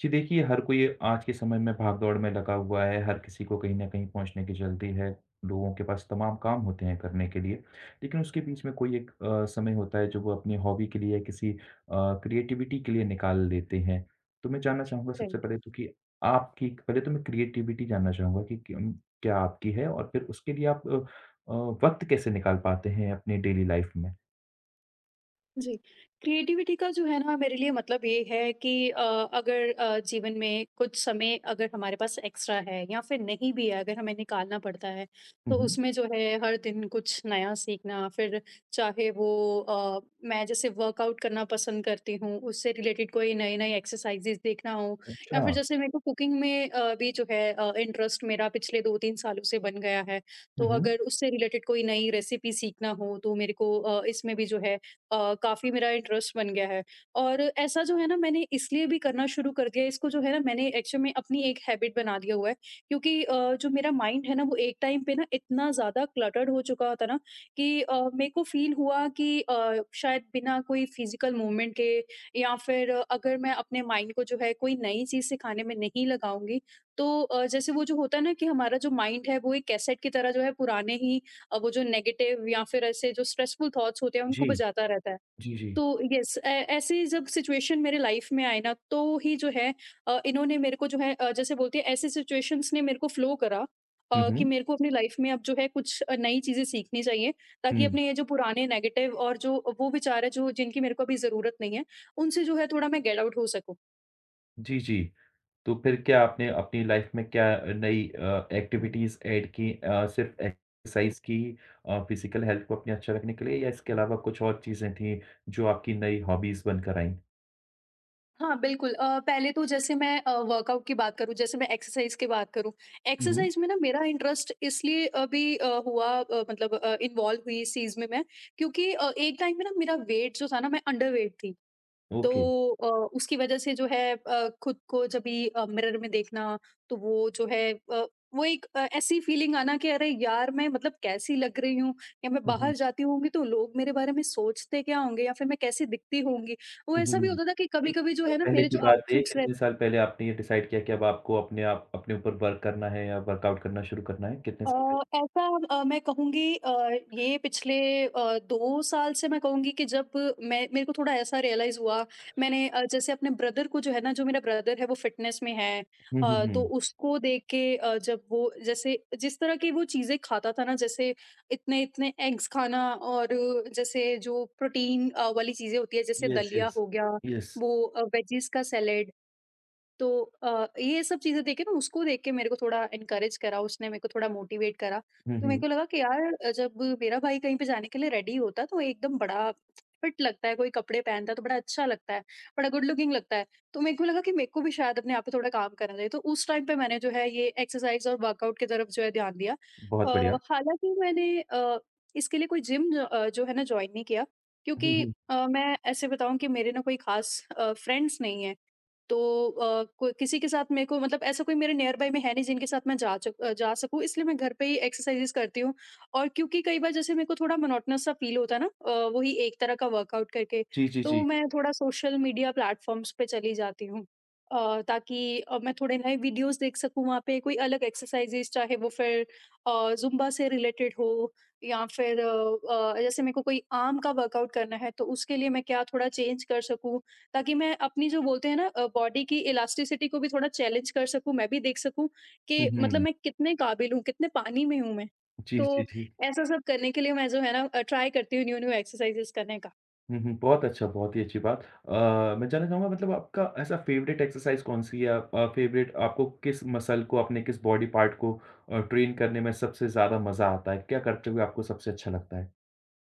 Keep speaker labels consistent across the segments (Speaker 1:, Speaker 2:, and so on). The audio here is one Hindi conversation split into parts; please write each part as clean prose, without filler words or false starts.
Speaker 1: जी देखिए, हर कोई आज के समय में भाग-दौड़ में लगा हुआ है, हर किसी को कहीं न कहीं पहुँचने की जल्दी है, लोगों के पास तमाम काम होते हैं करने के लिए, लेकिन उसके बीच में कोई एक समय होता है, जो वो अपनी हॉबी के लिए या किसी क्रिएटिविटी के लिए निकाल लेते हैं। तो मैं जानना चाहूँगा सबसे
Speaker 2: राइट।
Speaker 1: पहले तो कि आपकी पहले तो मैं क्रिएटिविटी जानना चाहूँगा कि क्यों क्या आपकी है? और फिर उसके लिए आप अ, वक़्त कैसे निकाल पाते हैं अपनी डेली लाइफ़ में?
Speaker 2: जी, क्रिएटिविटी का जो है ना मेरे लिए मतलब ये है कि अगर जीवन में कुछ समय अगर हमारे पास एक्स्ट्रा है या फिर नहीं भी है अगर हमें निकालना पड़ता है तो
Speaker 1: हुँ, हुँ।
Speaker 2: उसमें जो है हर दिन कुछ नया सीखना। फिर चाहे वो मैं जैसे वर्कआउट करना पसंद करती हूँ उससे रिलेटेड कोई नई नई एक्सरसाइजेज देखना हो या
Speaker 1: अच्छा।
Speaker 2: फिर जैसे मेरे को कुकिंग में भी जो है इंटरेस्ट मेरा पिछले दो तीन सालों से बन गया है, तो
Speaker 1: हुँ, हुँ।
Speaker 2: अगर उससे रिलेटेड कोई नई रेसिपी सीखना हो तो मेरे को इसमें भी जो है काफ़ी मेरा इंटरेस्ट बन गया है। और ऐसा जो है ना मैंने इसलिए भी करना शुरू कर दिया है, इसको जो है ना मैंने एक्चुअल में अपनी एक हैबिट बना दिया हुआ है क्योंकि जो मेरा माइंड है ना वो एक टाइम पे ना इतना ज़्यादा क्लटर्ड हो चुका था ना कि मेरे को फील हुआ कि शायद बिना कोई फिजिकल मूवमेंट के या फिर अगर मैं अपने माइंड को जो है कोई नई चीज़ सिखाने में नहीं लगाऊंगी तो जैसे वो जो होता है ना कि हमारा जो माइंड है वो एक कैसेट की तरह जो है पुराने ही वो जो नेगेटिव या फिर ऐसे जो स्ट्रेसफुल थॉट्स होते हैं उनको
Speaker 1: जी।
Speaker 2: बजाता रहता है।
Speaker 1: जी, जी।
Speaker 2: तो यस ए, ऐसे जब सिचुएशन मेरे लाइफ में आए ना तो ही जो है इन्होंने मेरे को जो है जैसे बोलते हैं ऐसे सिचुएशंस ने मेरे को फ्लो करा
Speaker 1: हुँ,
Speaker 2: कि
Speaker 1: हुँ।
Speaker 2: मेरे को अपनी लाइफ में अब जो है कुछ नई चीज़ें सीखनी चाहिए ताकि
Speaker 1: हुँ।
Speaker 2: अपने ये जो पुराने नेगेटिव और जो वो विचार है जो जिनकी मेरे को अभी ज़रूरत नहीं है, उनसे जो है थोड़ा मैं गेट आउट हो सकूँ।
Speaker 1: जी, जी। तो फिर क्या आपने अपनी लाइफ़ में क्या नई एक्टिविटीज़ ऐड की सिर्फ़ एक्सरसाइज़ की फ़िज़िकल हेल्थ को अपने अच्छा रखने के लिए या इसके अलावा कुछ और चीज़ें थीं जो आपकी नई हॉबीज़ बनकर आईं?
Speaker 2: हाँ, बिल्कुल। पहले तो जैसे मैं वर्कआउट की बात करूँ, जैसे मैं एक्सरसाइज़ की बात करूँ,
Speaker 1: हुँ, हुँ।
Speaker 2: एक्सरसाइज़ में ना मेरा इंटरेस्ट इसलिए अभी हुआ मतलब इन्वॉल्व हुई इस चीज़ में मैं, क्योंकि एक टाइम में ना मेरा वेट जो था ना, मैं अंडरवेट थी।
Speaker 1: ओके।
Speaker 2: तो उसकी वजह से जो है खुद को जब भी मिरर में देखना तो वो जो है वो एक ऐसी फीलिंग आना कि अरे यार मैं मतलब कैसी लग रही हूँ, या मैं
Speaker 1: हुँ, हुँ।
Speaker 2: बाहर जाती होंगी तो लोग मेरे बारे में सोचते क्या होंगे या फिर मैं कैसी दिखती होंगी। वो
Speaker 1: हुँ, हुँ,
Speaker 2: ऐसा भी
Speaker 1: हुँ।
Speaker 2: होता था कि
Speaker 1: कितने
Speaker 2: कभी-कभी जो
Speaker 1: साल
Speaker 2: है ना
Speaker 1: पहले
Speaker 2: मेरे जो
Speaker 1: की बात है ये?
Speaker 2: आउटफिट्स
Speaker 1: कितने साल पहले आपने ये डिसाइड किया कि अब आपको अपने आप अपने ऊपर वर्क करना है या वर्कआउट करना शुरू करना है? कितने
Speaker 2: अ,
Speaker 1: साल पहले?
Speaker 2: ऐसा मैं कहूँगी ये पिछले 2 साल से मैं कहूँगी कि जब मैं मेरे को थोड़ा ऐसा रियलाइज़ हुआ, मैंने जैसे अपने ब्रदर को जो है ना, जो मेरा ब्रदर है वो फ़िटनेस में है।
Speaker 1: हुँ, हुँ,
Speaker 2: तो
Speaker 1: हुँ।
Speaker 2: उसको देख के जब वो जैसे जिस तरह की वो चीज़ें खाता था ना, जैसे इतने-इतने एग्स खाना और जैसे जो प्रोटीन वाली चीज़ें होती है, जैसे
Speaker 1: यस,
Speaker 2: दलिया
Speaker 1: यस।
Speaker 2: हो गया,
Speaker 1: यस।
Speaker 2: वो वेजिज़ का सैलेड, तो ये सब चीज़ें देख के ना उसको देख के मेरे को थोड़ा एनकरेज करा, उसने मेरे को थोड़ा मोटिवेट करा।
Speaker 1: हुँ,
Speaker 2: तो मेरे
Speaker 1: हुँ।
Speaker 2: को लगा कि यार जब मेरा भाई कहीं पे जाने के लिए रेडी होता है तो एकदम बड़ा फिट लगता है, कोई कपड़े पहनता है तो बड़ा अच्छा लगता है, बड़ा गुड लुकिंग लगता है। तो मेरे को लगा कि मेरे को भी शायद अपने आप पे थोड़ा काम करना चाहिए। तो उस टाइम पे मैंने जो है ये एक्सरसाइज़ और वर्कआउट की तरफ जो है ध्यान दिया।
Speaker 1: बहुत बढ़िया।
Speaker 2: हालाँकि मैंने इसके लिए कोई जिम जो है ना जॉइन नहीं किया
Speaker 1: हुँ,
Speaker 2: क्योंकि
Speaker 1: हुँ।
Speaker 2: मैं ऐसे बताऊँ कि मेरे ना कोई खास फ्रेंड्स नहीं हैं। तो कोई किसी के साथ मेरे को मतलब ऐसा कोई मेरे नियर बाय में है नहीं जिनके साथ मैं जा सकूँ, इसलिए मैं घर पे ही एक्सरसाइज़ेस करती हूँ। और क्योंकि कई बार जैसे मेरे को थोड़ा मोनोटोनस सा फ़ील होता है ना वही एक तरह का वर्कआउट करके,
Speaker 1: जी, जी,
Speaker 2: तो
Speaker 1: जी।
Speaker 2: मैं थोड़ा सोशल मीडिया प्लेटफ़ॉर्म्स पे चली जाती हूँ। ताकि मैं थोड़े नए वीडियोज़ देख सकूँ वहाँ पे कोई अलग एक्सरसाइज़ेस, चाहे वो फिर ज़ुम्बा से रिलेटेड हो या फिर जैसे मेरे को कोई आर्म का वर्कआउट करना है तो उसके लिए मैं क्या थोड़ा चेंज कर सकूँ ताकि मैं अपनी जो बोलते हैं ना बॉडी की इलास्टिसिटी को भी थोड़ा चैलेंज कर सकूँ, मैं भी देख सकूँ
Speaker 1: हुँ,
Speaker 2: कि मतलब
Speaker 1: हुँ।
Speaker 2: मैं कितने काबिल हूँ, कितने पानी में हूँ मैं।
Speaker 1: जी, जी,
Speaker 2: तो
Speaker 1: जी।
Speaker 2: ऐसा सब करने के लिए मैं जो है ना ट्राई करती हूँ न्यू-न्यू एक्सरसाइज़ेज़ करने का।
Speaker 1: हुँ, हुँ। बहुत अच्छा, बहुत ही अच्छी बात। अ, मैं जानना चाहूँगा मतलब आपका ऐसा फेवरेट एक्सरसाइज़ कौन-सी है? फेवरेट आपको किस मसल को, अपने किस बॉडी पार्ट को ट्रेन करने में सबसे ज़्यादा मज़ा आता है? क्या करते हुए आपको सबसे अच्छा लगता है?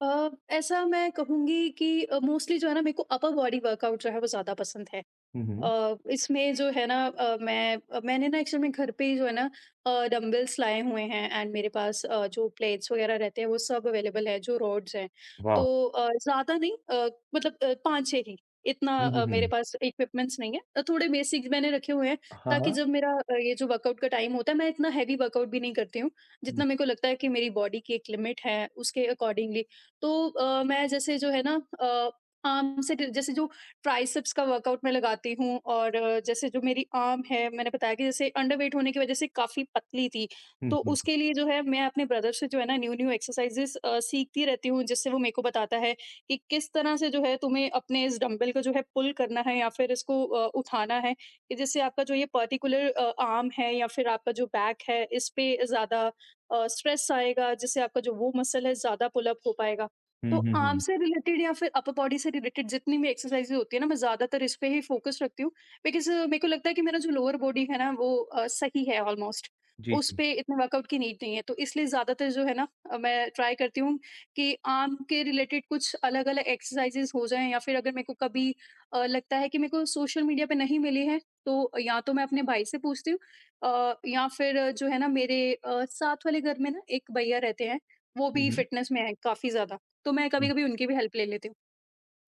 Speaker 2: अ, ऐसा मैं कहूँगी कि मोस्टली जो है ना मेरे को अपर बॉडी वर्कआउट जो है वो ज़्यादा पसंद है।
Speaker 1: हुँ, हुँ।
Speaker 2: इसमें जो है ना मैंने ना एक्चुअल में घर पे ही जो है ना डंबल्स लाए हुए हैं एंड मेरे पास जो प्लेट्स वगैरह रहते हैं वो सब अवेलेबल है, जो रॉड्स हैं। तो
Speaker 1: वाह!
Speaker 2: ज़्यादा नहीं मतलब पाँच छः ही इतना
Speaker 1: हुँ, हुँ,
Speaker 2: मेरे
Speaker 1: हुँ।
Speaker 2: पास इक्विपमेंट्स नहीं है, थोड़े बेसिक्स मैंने रखे हुए हैं
Speaker 1: हाँ,
Speaker 2: ताकि
Speaker 1: हाँ।
Speaker 2: जब मेरा ये जो वर्कआउट का टाइम होता है मैं इतना हैवी वर्कआउट भी नहीं करती हूँ,
Speaker 1: हुँ,
Speaker 2: जितना मेरे को लगता है कि मेरी बॉडी की एक लिमिट है उसके अकॉर्डिंगली। तो मैं जैसे जो है ना जैसे जो ट्राइसेप्स का वर्कआउट मैं लगाती हूँ, और जैसे जो मेरी आर्म है मैंने बताया कि जैसे अंडरवेट होने की वजह से काफ़ी पतली थी,
Speaker 1: हुँ,
Speaker 2: तो
Speaker 1: हुँ।
Speaker 2: उसके लिए जो है मैं अपने ब्रदर से जो है ना न्यू-न्यू एक्सरसाइज़ेज़ सीखती रहती हूँ जिससे वो मेरे को बताता है कि किस तरह से जो है तुम्हें अपने इस डंबल को जो है पुल करना है या फिर इसको उठाना है कि जिससे आपका जो ये पर्टिकुलर आर्म है या फिर आपका जो बैक है इस पे ज़्यादा स्ट्रेस आएगा जिससे आपका जो वो मसल है ज़्यादा पुल अप हो पाएगा। तो
Speaker 1: हुँ, हुँ,
Speaker 2: आर्म
Speaker 1: हुँ।
Speaker 2: से रिलेटेड या फिर अपर बॉडी से रिलेटेड जितनी भी एक्सरसाइजेज होती है ना मैं ज़्यादातर इस पे ही फ़ोकस रखती हूँ। बिकॉज़ मेरे को लगता है कि मेरा जो लोअर बॉडी है ना वो सही है ऑलमोस्ट।
Speaker 1: जी,
Speaker 2: उस
Speaker 1: जी।
Speaker 2: पे इतने वर्कआउट की नीड नहीं है। तो इसलिए ज़्यादातर जो है ना मैं ट्राई करती हूँ कि आर्म के रिलेटेड कुछ अलग-अलग एक्सरसाइजेज हो जाएँ, या फिर अगर मेरे को कभी लगता है कि मेरे को सोशल मीडिया पे नहीं मिली है तो या तो मैं अपने भाई से पूछती हूँ या फिर जो है ना मेरे साथ वाले घर में ना एक भैया रहते हैं, वो
Speaker 1: हुँ,
Speaker 2: भी
Speaker 1: हुँ।
Speaker 2: फ़िटनेस में हैं काफ़ी ज़्यादा। तो मैं
Speaker 1: हुँ।
Speaker 2: कभी-कभी उनकी भी हेल्प ले लेती हूँ।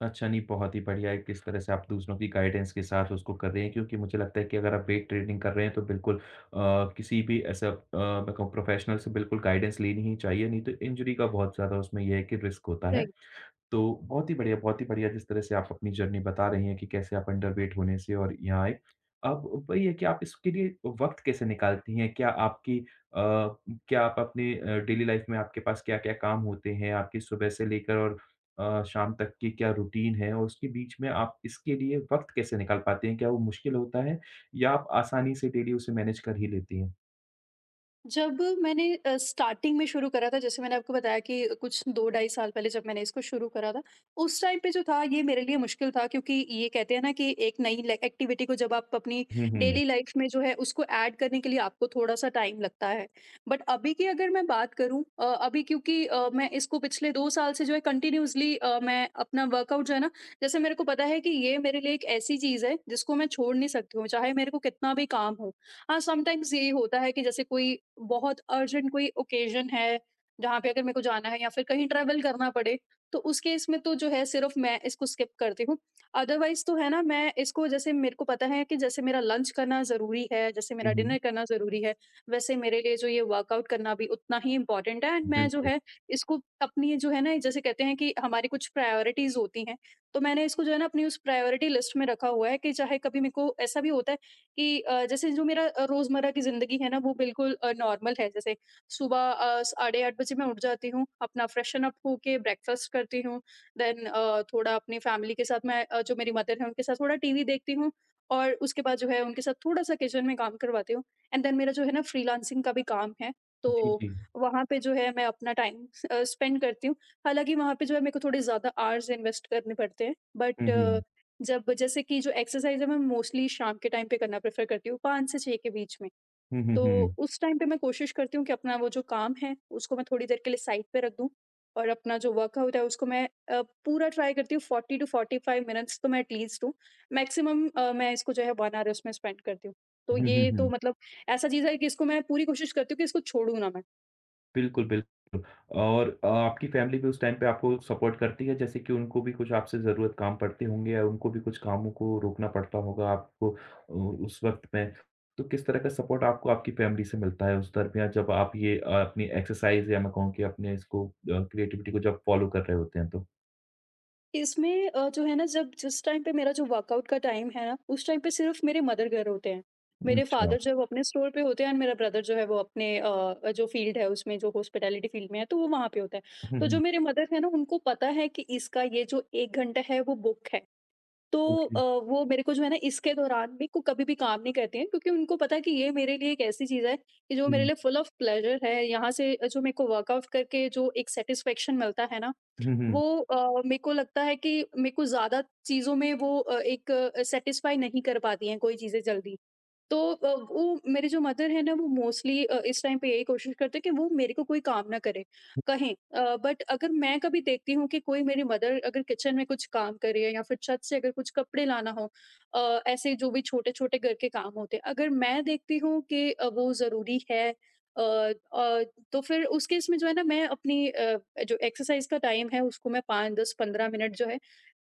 Speaker 1: अच्छा, नहीं बहुत ही बढ़िया है किस तरह से आप दूसरों की गाइडेंस के साथ उसको कर रहे हैं क्योंकि मुझे लगता है कि अगर आप वेट ट्रेनिंग कर रहे हैं तो बिल्कुल किसी भी ऐसा मैं कहूँ प्रोफेशनल से बिल्कुल गाइडेंस लेनी ही चाहिए नहीं तो इंजरी का बहुत ज़्यादा उसमें ये है कि रिस्क होता है।
Speaker 2: राइट।
Speaker 1: तो बहुत ही बढ़िया जिस तरह से आप अपनी जर्नी बता रही हैं कि कैसे आप अंडरवेट होने से और यहाँ आए। अब वही है कि आप इसके लिए वक़्त कैसे निकालती हैं? क्या आपकी क्या आप अपने डेली लाइफ़ में आपके पास क्या-क्या काम होते हैं? आपकी सुबह से लेकर और शाम तक की क्या रूटीन है? और उसके बीच में आप इसके लिए वक़्त कैसे निकाल पाते हैं? क्या वो मुश्किल होता है या आप आसानी से डेली उसे मैनेज कर ही लेती हैं?
Speaker 2: जब मैंने स्टार्टिंग में शुरू करा था, जैसे मैंने आपको बताया कि कुछ 2 ढाई साल पहले जब मैंने इसको शुरू करा था, उस टाइम पे जो था ये मेरे लिए मुश्किल था क्योंकि ये कहते हैं ना कि एक नई ल एक्टिविटी को जब आप अपनी
Speaker 1: हुँ, हुँ।
Speaker 2: डेली लाइफ़ में जो है उसको ऐड करने के लिए आपको थोड़ा-सा टाइम लगता है। बट अभी की अगर मैं बात करूँ अभी क्योंकि मैं इसको पिछले 2 साल से जो है कंटिन्यूअसली मैं अपना वर्कआउट जो है ना, जैसे मेरे को पता है कि ये मेरे लिए एक ऐसी चीज़ है जिसको मैं छोड़ नहीं सकती हूँ, चाहे मेरे को कितना भी काम हो। हाँ, समटाइम्स ये होता है कि जैसे कोई बहुत अर्जेंट कोई ओकेजन है, जहाँ पे अगर मेरे को जाना है या फिर कहीं ट्रैवल करना पड़े, तो उस केस में तो जो है सिर्फ़ मैं इसको स्किप करती हूँ। अदरवाइज़ तो है ना मैं इसको जैसे मेरे को पता है कि जैसे मेरा लंच करना ज़रूरी है, जैसे
Speaker 1: हुँ,
Speaker 2: मेरा
Speaker 1: हुँ।
Speaker 2: डिनर करना ज़रूरी है, वैसे मेरे लिए जो ये वर्कआउट करना भी उतना ही इम्पोर्टेंट है, एंड मैं जो
Speaker 1: बिल्कुल।
Speaker 2: है इसको अपनी जो है ना जैसे कहते हैं कि हमारी कुछ प्रायोरिटीज़ होती हैं, तो मैंने इसको जो है ना अपनी उस प्रायोरिटी लिस्ट में रखा हुआ है कि चाहे कभी मेरे को ऐसा भी होता है कि जैसे जो मेरा रोज़मर्रा की ज़िंदगी है ना वो बिल्कुल नॉर्मल है। जैसे सुबह साढ़े 8 बजे मैं उठ जाती हूँ, अपना फ्रेशन अप होके ब्रेकफ़ास्ट करती हूँ। देन थोड़ा अपनी फ़ैमिली के साथ मैं जो मेरी मदर हैं उनके साथ थोड़ा टीवी देखती हूँ और उसके बाद जो है उनके साथ थोड़ा-सा किचन में काम करवाती हूँ। एंड देन मेरा जो है ना फ्रीलांसिंग का भी काम है,
Speaker 1: जी,
Speaker 2: तो
Speaker 1: जी।
Speaker 2: वहाँ पे जो है मैं अपना टाइम स्पेंड करती हूँ। हालाँकि वहाँ पे जो है मेरे को थोड़े ज़्यादा आवर्स इन्वेस्ट करने पड़ते हैं,
Speaker 1: हुँ,
Speaker 2: बट
Speaker 1: हुँ।
Speaker 2: जब जैसे कि जो एक्सरसाइज़ है मैं मोस्टली शाम के टाइम पे करना प्रेफ़र करती हूँ 5 से 6 के बीच में।
Speaker 1: हुँ, हुँ,
Speaker 2: तो
Speaker 1: हुँ।
Speaker 2: उस टाइम पे मैं कोशिश करती हूँ कि अपना वो जो काम है उसको मैं थोड़ी देर के लिए साइड पे रख दूँ और अपना जो वर्कआउट है उसको मैं पूरा ट्राई करती हूँ, 40 टू 45 मिनट्स तो मैं एटलीस्ट दूँ। मैक्सिमम मैं इसको जो है 1 आवर उसमें स्पेंड करती हूँ। तो
Speaker 1: हुँ, हुँ,
Speaker 2: ये तो
Speaker 1: हुँ।
Speaker 2: मतलब ऐसा चीज़ है कि इसको मैं पूरी कोशिश करती हूँ कि इसको छोड़ूँ ना मैं।
Speaker 1: बिल्कुल, बिल्कुल। और आपकी फैमिली भी उस टाइम पे आपको सपोर्ट करती है? जैसे कि उनको भी कुछ आपसे ज़रूरत काम पड़ते होंगे या उनको भी कुछ कामों को रोकना पड़ता होगा आपको उस वक़्त में। तो किस तरह का सपोर्ट आपको आपकी फैमिली से मिलता है उस दरमियाँ जब आप ये अपनी एक्सरसाइज़ या मैं कहूँ कि अपने इसको क्रिएटिविटी को जब फ़ॉलो कर रहे होते हैं तो?
Speaker 2: इसमें जो है ना जब जिस टाइम पे मेरा जो वर्कआउट का टाइम है ना, उस टाइम पे सिर्फ मेरे मदर घर होते हैं। मेरे
Speaker 1: अच्छा।
Speaker 2: फादर जो है वो अपने स्टोर पे होते हैं, एंड मेरा ब्रदर जो है वो अपने जो फ़ील्ड है उसमें, जो हॉस्पिटैलिटी फ़ील्ड में है, तो वो वहाँ पे होता है।
Speaker 1: हुँ,
Speaker 2: तो जो
Speaker 1: हुँ।
Speaker 2: मेरे मदर है ना, उनको पता है कि इसका ये जो 1 घंटा है वो बुक है। तो
Speaker 1: ओके।
Speaker 2: वो मेरे को जो है ना इसके दौरान भी को कभी भी काम नहीं कहते हैं, क्योंकि उनको पता है कि ये मेरे लिए एक ऐसी चीज़ है कि जो मेरे
Speaker 1: हुँ।
Speaker 2: लिए फुल ऑफ प्लेज़र है। यहाँ से जो मेरे को वर्कआउट करके जो एक सैटिस्फैक्शन मिलता है ना,
Speaker 1: हुँ, हुँ।
Speaker 2: वो मेरे को लगता है कि मेरे को ज़्यादा चीज़ों में वो एक सैटिस्फाई नहीं कर पाती हैं कोई चीज़ें जल्दी। तो वो मेरे जो मदर है ना, वो मोस्टली इस टाइम पे यही कोशिश करते हैं कि वो मेरे को कोई काम ना करे कहें। बट अगर मैं कभी देखती हूँ कि कोई मेरी मदर अगर किचन में कुछ काम कर रही है, या फिर छत से अगर कुछ कपड़े लाना हो, ऐसे जो भी छोटे छोटे घर के काम होते हैं, अगर मैं देखती हूँ कि वो ज़रूरी है, अ, अ, तो फिर उस केस में जो है ना, मैं अपनी जो एक्सरसाइज का टाइम है उसको मैं 5 10 15 मिनट जो है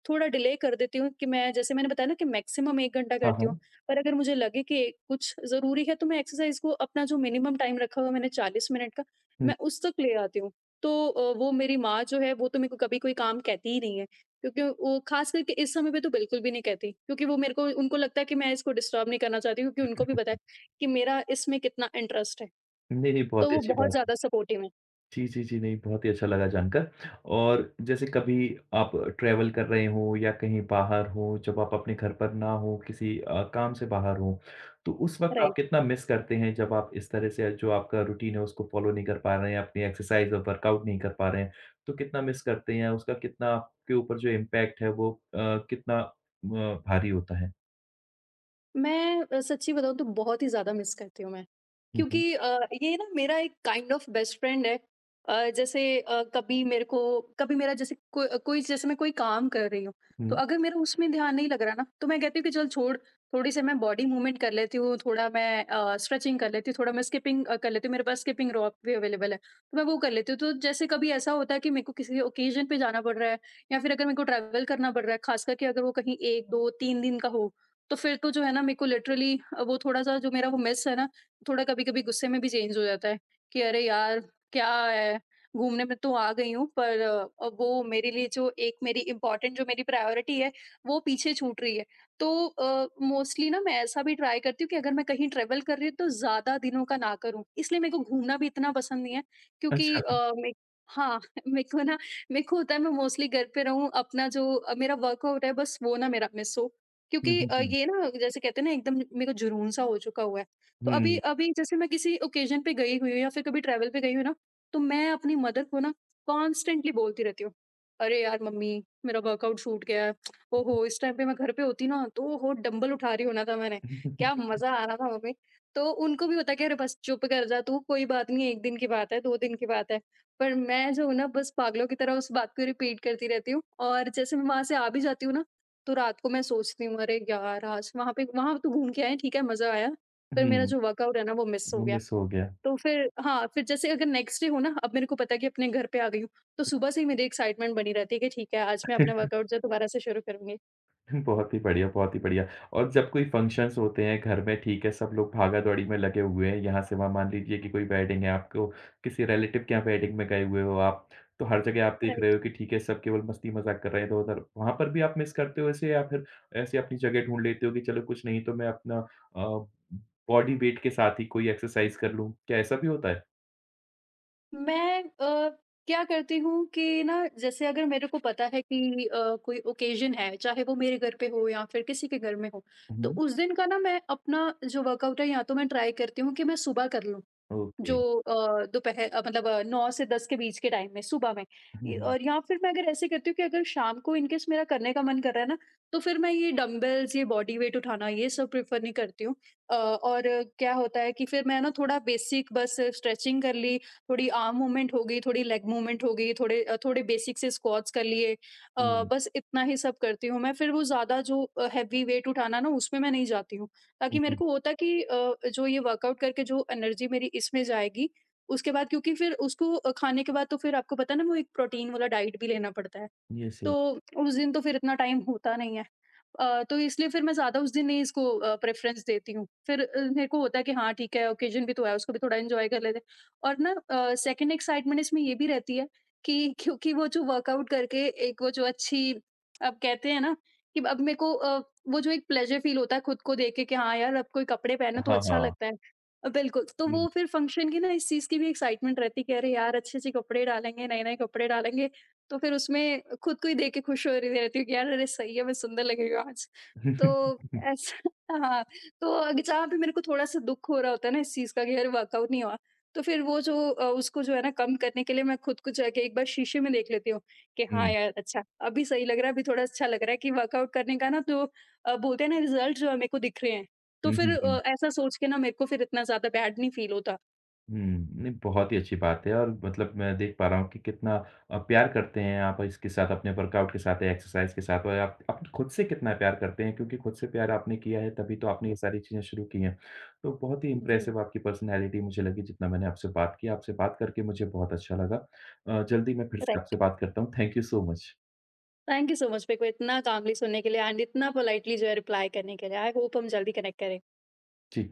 Speaker 2: थोड़ा डिले कर देती हूँ, कि मैं जैसे मैंने बताया ना कि मैक्सिमम 1 घंटा
Speaker 1: हाँ,
Speaker 2: करती हूँ,
Speaker 1: हाँ।
Speaker 2: पर अगर मुझे लगे कि कुछ ज़रूरी है, तो मैं एक्सरसाइज़ को अपना जो मिनिमम टाइम रखा हुआ है मैंने 40 मिनट का,
Speaker 1: हुँ।
Speaker 2: मैं उस तक ले आती हूँ। तो वो मेरी माँ जो है वो तो मेरे को कभी कोई काम कहती ही नहीं है, क्योंकि वो ख़ास करके इस समय पे तो बिल्कुल भी नहीं कहती, क्योंकि वो मेरे को उनको लगता है कि मैं इसको डिस्टर्ब नहीं करना चाहती, क्योंकि उनको भी पता है कि मेरा इसमें कितना इंटरेस्ट है।
Speaker 1: नहीं, नहीं,
Speaker 2: तो
Speaker 1: बहुत ही
Speaker 2: वो
Speaker 1: अच्छी
Speaker 2: बहुत
Speaker 1: बात है।
Speaker 2: ज़्यादा सपोर्टिव हैं।
Speaker 1: जी, जी, जी। नहीं, बहुत ही अच्छा लगा जानकर और जैसे कभी आप ट्रैवल कर रहे हों या कहीं बाहर हों, जब आप अपने घर पर ना हों, किसी काम से बाहर हों, तो उस वक़्त आप
Speaker 2: राइट।
Speaker 1: कितना मिस करते हैं जब आप इस तरह से जो आपका रूटीन है उसको फ़ॉलो नहीं कर पा रहे हैं, अपनी एक्सरसाइज़ और वर्कआउट नहीं कर पा रहे हैं, तो कितना मिस करते हैं? उसका कितना आपके ऊपर जो इम्पैक्ट है वो कितना भारी होता है?
Speaker 2: मैं सच्ची बताऊँ तो बहुत ही ज़्यादा मिस करती हूँ मैं।
Speaker 1: हुँ, हुँ,
Speaker 2: क्योंकि ये ना मेरा एक काइंड ऑफ बेस्ट फ्रेंड है। जैसे कभी मेरे को कभी मेरा जैसे कोई कोई जैसे मैं कोई काम कर रही हूँ, तो
Speaker 1: हुँ।
Speaker 2: अगर मेरा उसमें ध्यान नहीं लग रहा ना, तो मैं कहती हूँ कि चल छोड़, थोड़ी सी मैं बॉडी मूवमेंट कर लेती हूँ, थोड़ा मैं स्ट्रेचिंग कर लेती हूँ, थोड़ा मैं स्किपिंग कर लेती हूँ, मेरे पास स्किपिंग रॉप भी अवेलेबल है, तो मैं वो कर लेती हूँ। तो जैसे कभी ऐसा होता है कि मेरे को किसी ओकेज़न पे जाना पड़ रहा है, या फिर अगर मेरे को ट्रैवल करना पड़ रहा है, ख़ास करके अगर वो कहीं 1, 2, 3 दिन का हो, तो फिर तो जो है ना, मेरे को लिटरली वो थोड़ा-सा जो मेरा वो मिस है ना, थोड़ा कभी-कभी गुस्से में भी चेंज हो जाता है कि अरे यार! क्या है, घूमने में तो आ गई हूँ, पर वो मेरे लिए जो एक मेरी इम्पोर्टेंट, जो मेरी प्रायोरिटी है, वो पीछे छूट रही है। तो मोस्टली ना मैं ऐसा भी ट्राई करती हूँ कि अगर मैं कहीं ट्रैवल कर रही हूँ तो ज़्यादा दिनों का ना करूँ। इसलिए मेरे को घूमना भी इतना पसंद नहीं है, क्योंकि
Speaker 1: अच्छा।
Speaker 2: अ, मे हाँ, मेरे को ना, मेरे को होता है मैं मोस्टली घर पे रहूँ, अपना जो मेरा वर्कआउट है बस वो ना मेरा मिस हो।
Speaker 1: हुँ,
Speaker 2: क्योंकि
Speaker 1: हुँ, हुँ।
Speaker 2: ये ना, जैसे कहते हैं ना, एकदम मेरे को जुनून सा हो चुका हुआ है। तो अभी
Speaker 1: हुँ।
Speaker 2: अभी जैसे मैं किसी ओकेज़न पे गई हुई हूँ, या फिर कभी ट्रैवल पे गई हूँ ना, तो मैं अपनी मदर को ना कॉन्स्टेंटली बोलती रहती हूँ, "अरे यार मम्मी, मेरा वर्कआउट छूट गया है। ओहो! इस टाइम पे मैं घर पे होती ना, तो ओहो! डंबल उठा रही होना था मैंने। क्या मज़ा आ रहा था मम्मी।" तो उनको भी होता है कि अरे बस चुप कर जा तू, कोई बात नहीं, 1 दिन की बात है, 2 दिन की बात है। पर मैं जो हूँ ना, बस पागलों की तरह उस बात को रिपीट करती रहती हूँ, और जैसे मैं वहाँ से आ भी जाती हूँ ना, तो रात को मैं सोचती हूँ, अरे यार आज वहाँ पे वहाँ तो घूम के आए, ठीक है मज़ा आया, पर मेरा
Speaker 1: हुँ,
Speaker 2: जो वर्कआउट है ना वो मिस हो
Speaker 1: वो
Speaker 2: गया।
Speaker 1: मिस हो गया।
Speaker 2: तो फिर हाँ, फिर जैसे अगर नेक्स्ट डे हो ना, अब मेरे को पता है कि अपने घर पे आ गई हूँ, तो सुबह से ही मेरी एक्साइटमेंट बनी रहती है कि ठीक है, आज मैं अपना वर्कआउट जो है दोबारा से शुरू करूँगी।
Speaker 1: बहुत ही बढ़िया, बहुत ही बढ़िया। और जब कोई फंक्शंस होते हैं घर में ठीक है, सब लोग भागा-दौड़ी में लगे हुए हैं, यहाँ से वहाँ मान लीजिए कि कोई वेडिंग है, आपको किसी रिलेटिव के यहाँ वेडिंग में गए हुए हो आप, तो हर जगह आप देख रहे
Speaker 2: राइट।
Speaker 1: हो कि ठीक है, सब केवल मस्ती-मज़ाक कर रहे हैं इधर-उधर। वहाँ पर भी आप मिस करते हो ऐसे या फिर ऐसे अपनी जगह ढूँढ लेते हो कि चलो कुछ नहीं तो मैं अपना अ, बॉडी वेट के साथ ही कोई एक्सरसाइज कर लूँ, क्या ऐसा भी होता है?
Speaker 2: मैं क्या करती हूँ कि ना, जैसे अगर मेरे को पता है कि कोई ओकेज़न है, चाहे वो मेरे घर पे हो या फिर किसी के घर में हो, तो
Speaker 1: हुँ,
Speaker 2: उस दिन का ना मैं अपना जो वर्कआउट है या तो मैं ट्राई करती हूँ कि मैं सुबह कर लूँ।
Speaker 1: ओके।
Speaker 2: जो दोपहर मतलब 9 से 10 के बीच के टाइम में, सुबह में।
Speaker 1: हुँ,
Speaker 2: इ
Speaker 1: हुँ।
Speaker 2: और या फिर मैं अगर ऐसे करती हूँ कि अगर शाम को इन केस मेरा करने का मन कर रहा है ना, तो फिर मैं ये डंबल्स, ये बॉडी वेट उठाना, ये सब प्रेफ़र नहीं करती हूँ। और क्या होता है कि फिर मैं ना थोड़ा बेसिक बस स्ट्रेचिंग कर ली, थोड़ी आर्म मूवमेंट हो गई, थोड़ी लेग मूवमेंट हो गई, थोड़े बेसिक से स्क्वाट्स कर लिए।
Speaker 1: हुँ,
Speaker 2: बस इतना ही सब करती हूँ मैं। फिर वो ज़्यादा जो हेवी वेट उठाना ना, उसमें मैं नहीं जाती हूँ। ताकि
Speaker 1: हुँ,
Speaker 2: मेरे
Speaker 1: हुँ।
Speaker 2: को होता कि जो ये वर्कआउट करके जो एनर्जी मेरी इसमें जाएगी उसके बाद, क्योंकि फिर उसको खाने के बाद तो फिर आपको पता है ना, वो एक प्रोटीन वाला डाइट भी लेना पड़ता है।
Speaker 1: यस,
Speaker 2: तो
Speaker 1: यस।
Speaker 2: उस दिन तो फिर इतना टाइम होता नहीं है। तो इसलिए फिर मैं ज़्यादा उस दिन नहीं इसको प्रेफ़रेंस देती हूँ। फिर मेरे को होता है कि हाँ ठीक है, ओकेज़न भी तो है, उसको भी थोड़ा एन्जॉय कर लेते हैं। और ना सेकंड एक्साइटमेंट इसमें ये भी रहती है कि क्योंकि वो जो वर्कआउट करके एक वो जो अच्छी, अब कहते हैं ना कि अब मेरे को वो जो एक प्लेज़र फ़ील होता है खुद को देख के कि हाँ यार, अब कोई कपड़े पहनो तो
Speaker 1: हाँ,
Speaker 2: अच्छा
Speaker 1: हाँ।
Speaker 2: लगता है। बिल्कुल, तो
Speaker 1: हुँ।
Speaker 2: वो फिर फ़ंक्शन की ना इस चीज़ की भी एक्साइटमेंट रहती है कि अरे यार अच्छे-अच्छे कपड़े डालेंगे, नए-नए कपड़े डालेंगे। तो फिर उसमें खुद को ही देख के खुश हो रही रहती हूँ कि यार अरे सही है, मैं सुंदर लग रही हूँ आज। तो
Speaker 1: हुँ,
Speaker 2: ऐसा हाँ, तो अग जहाँ पे मेरे को थोड़ा-सा दुःख हो रहा होता है ना इस चीज़ का कि यार वर्कआउट नहीं हुआ, तो फिर वो जो उसको जो है ना कम करने के लिए, मैं खुद को जाके एक बार शीशे में देख लेती हूँ कि
Speaker 1: हुँ,
Speaker 2: हाँ
Speaker 1: हुँ।
Speaker 2: यार अच्छा, अभी सही लग रहा है, अभी थोड़ा अच्छा लग रहा है कि वर्कआउट करने का ना, तो बोलते हैं ना, रिज़ल्ट जो है मेरे को दिख रहे हैं। तो
Speaker 1: हुँ,
Speaker 2: फिर
Speaker 1: हुँ, हुँ।
Speaker 2: ऐसा सोच के ना मेरे को फिर इतना ज़्यादा बैड नहीं फील होता।
Speaker 1: हुँ, नहीं बहुत ही अच्छी बात है और मतलब मैं देख पा रहा हूँ कि कितना प्यार करते हैं आप इसके साथ, अपने वर्कआउट के साथ, एक्सरसाइज़ के साथ और आप खुद से कितना प्यार करते हैं क्योंकि खुद से प्यार आपने किया है तभी तो आपने ये सारी चीज़ें शुरू की हैं। तो बहुत ही
Speaker 2: जी,
Speaker 1: इम्प्रेसिव आपकी पर्सनैलिटी मुझे लगी जितना मैंने आपसे बात की। आपसे बात करके मुझे बहुत अच्छा लगा। जल्दी मैं फिर से
Speaker 2: राइट।
Speaker 1: आपसे बात करता हूँ। Thank you so much.
Speaker 2: Thank you so much मेरे को इतना कामली सुनने के लिए, एंड इतना पोलाइटली जो है रिप्लाई करने के लिए। आई होप हम जल्दी कनेक्ट करें।
Speaker 1: जी।